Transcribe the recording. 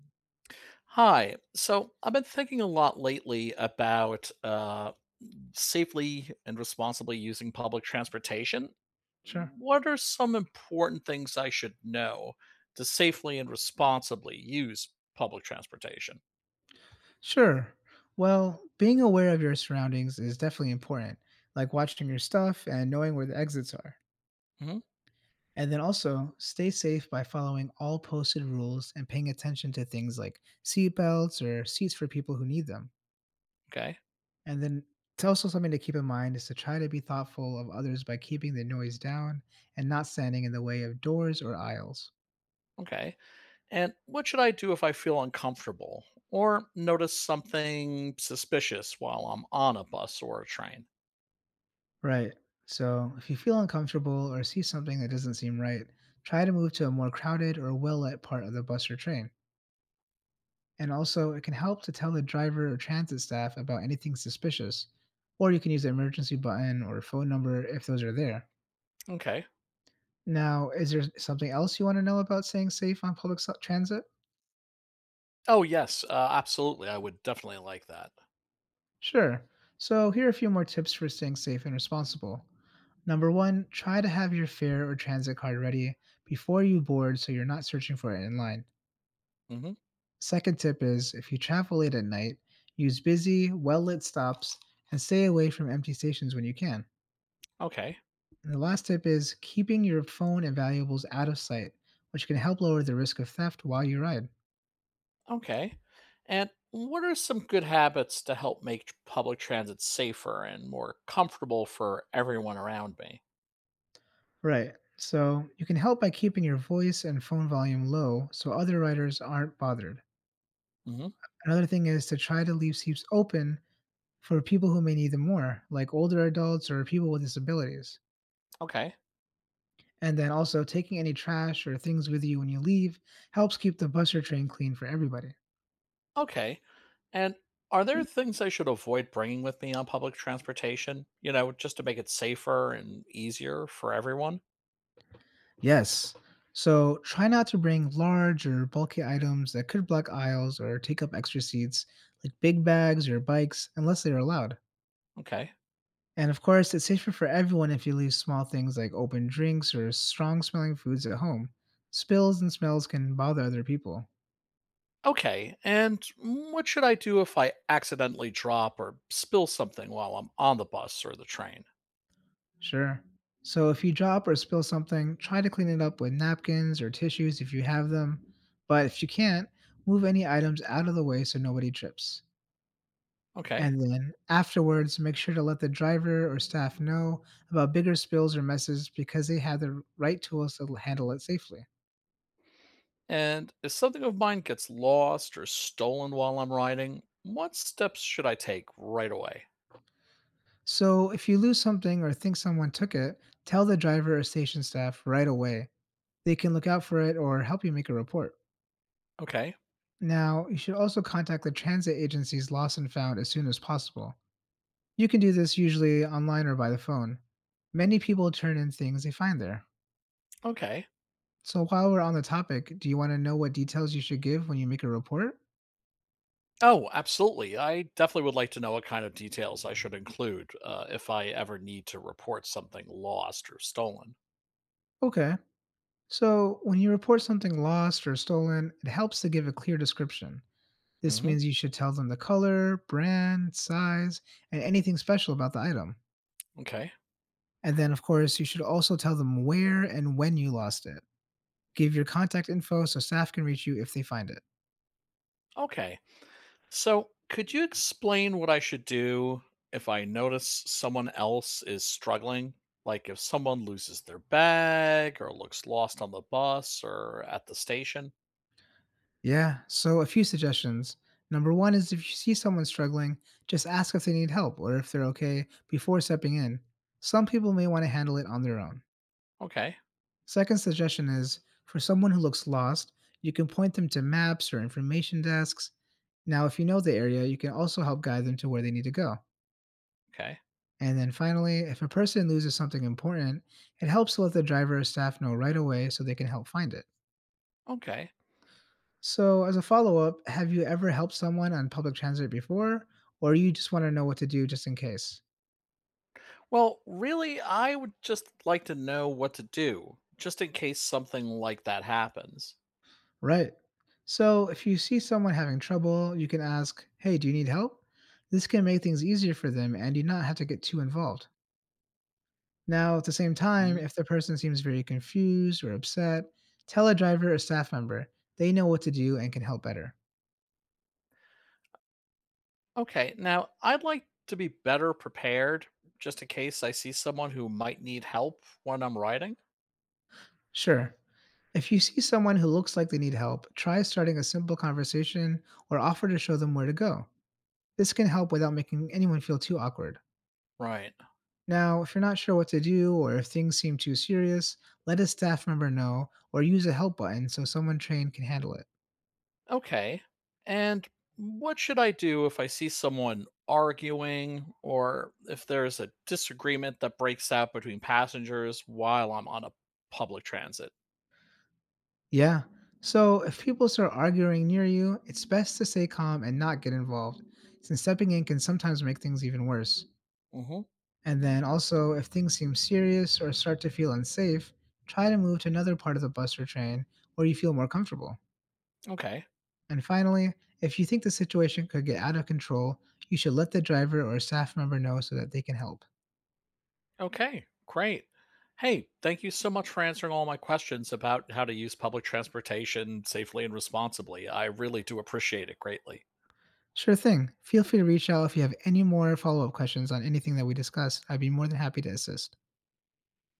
Hi. So I've been thinking a lot lately about safely and responsibly using public transportation. Sure. What are some important things I should know to safely and responsibly use public transportation? Sure. Well, being aware of your surroundings is definitely important, like watching your stuff and knowing where the exits are. Hmm. And then also stay safe by following all posted rules and paying attention to things like seat belts or seats for people who need them. Okay. And then it's also something to keep in mind is to try to be thoughtful of others by keeping the noise down and not standing in the way of doors or aisles. Okay. And what should I do if I feel uncomfortable or notice something suspicious while I'm on a bus or a train? Right. So if you feel uncomfortable or see something that doesn't seem right, try to move to a more crowded or well lit part of the bus or train. And also, it can help to tell the driver or transit staff about anything suspicious. Or you can use the emergency button or phone number if those are there. Okay. Now, is there something else you want to know about staying safe on public transit? Oh, yes. Absolutely. I would definitely like that. Sure. So, here are a few more tips for staying safe and responsible. Number one, try to have your fare or transit card ready before you board so you're not searching for it in line. Hmm. Second tip is if you travel late at night, use busy, well lit stops and stay away from empty stations when you can. Okay. And the last tip is keeping your phone and valuables out of sight, which can help lower the risk of theft while you ride. Okay. And what are some good habits to help make public transit safer and more comfortable for everyone around me? Right. So you can help by keeping your voice and phone volume low so other riders aren't bothered. Hmm. Another thing is to try to leave seats open for people who may need them more, like older adults or people with disabilities. Okay. And then also taking any trash or things with you when you leave helps keep the bus or train clean for everybody. Okay. And are there things I should avoid bringing with me on public transportation? Just to make it safer and easier for everyone? Yes. So try not to bring large or bulky items that could block aisles or take up extra seats, like big bags or bikes, unless they are allowed. Okay. And of course, it's safer for everyone if you leave small things like open drinks or strong smelling foods at home. Spills and smells can bother other people. Okay. And what should I do if I accidentally drop or spill something while I'm on the bus or the train? Sure. So if you drop or spill something, try to clean it up with napkins or tissues if you have them. But if you can't, move any items out of the way so nobody trips. Okay. And then afterwards, make sure to let the driver or staff know about bigger spills or messes because they have the right tools to handle it safely. And if something of mine gets lost or stolen while I'm riding, what steps should I take right away? So if you lose something or think someone took it, tell the driver or station staff right away. They can look out for it or help you make a report. Okay, Now, you should also contact the transit agency's lost and found as soon as possible. You can do this usually online or by the phone. Many people turn in things they find there. okay. So, while we're on the topic, do you want to know what details you should give when you make a report? Oh, absolutely. I definitely would like to know what kind of details I should include, if I ever need to report something lost or stolen. Okay. So, when you report something lost or stolen, it helps to give a clear description. This Hmm. means you should tell them the color, brand, size, and anything special about the item. Okay, And then, of course, you should also tell them where and when you lost it. Give your contact info so staff can reach you if they find it. okay. So, could you explain what I should do if I notice someone else is struggling? Like if someone loses their bag or looks lost on the bus or at the station? Yeah, so a few suggestions. Number one is if you see someone struggling, just ask if they need help or if they're okay before stepping in. Some people may want to handle it on their own. Okay. Second suggestion is for someone who looks lost, you can point them to maps or information desks. Now, if you know the area, you can also help guide them to where they need to go. Okay. And then finally, if a person loses something important, it helps to let the driver or staff know right away so they can help find it. Okay. So, as a follow up, have you ever helped someone on public transit before, or you just want to know what to do just in case? Well, really, I would just like to know what to do, just in case something like that happens. Right. So if you see someone having trouble, you can ask, "Hey, do you need help?" This can make things easier for them and you not have to get too involved. Now, at the same time, Hmm. if the person seems very confused or upset, tell a driver or staff member. They know what to do and can help better. Okay. Now, I'd like to be better prepared, just in case I see someone who might need help when I'm writing. Sure. If you see someone who looks like they need help, try starting a simple conversation or offer to show them where to go. This can help without making anyone feel too awkward. Right. Now, if you're not sure what to do or if things seem too serious, let a staff member know or use a help button so someone trained can handle it. Okay. And what should I do if I see someone arguing or if there's a disagreement that breaks out between passengers while I'm on a public transit? Yeah, so if people start arguing near you, it's best to stay calm and not get involved, since stepping in can sometimes make things even worse. Hmm. And then also, if things seem serious or start to feel unsafe, try to move to another part of the bus or train where you feel more comfortable. Okay. And finally, if you think the situation could get out of control, you should let the driver or staff member know so that they can help. Okay, great. Hey, thank you so much for answering all my questions about how to use public transportation safely and responsibly. I really do appreciate it greatly. Sure thing. Feel free to reach out if you have any more follow up questions on anything that we discussed. I'd be more than happy to assist.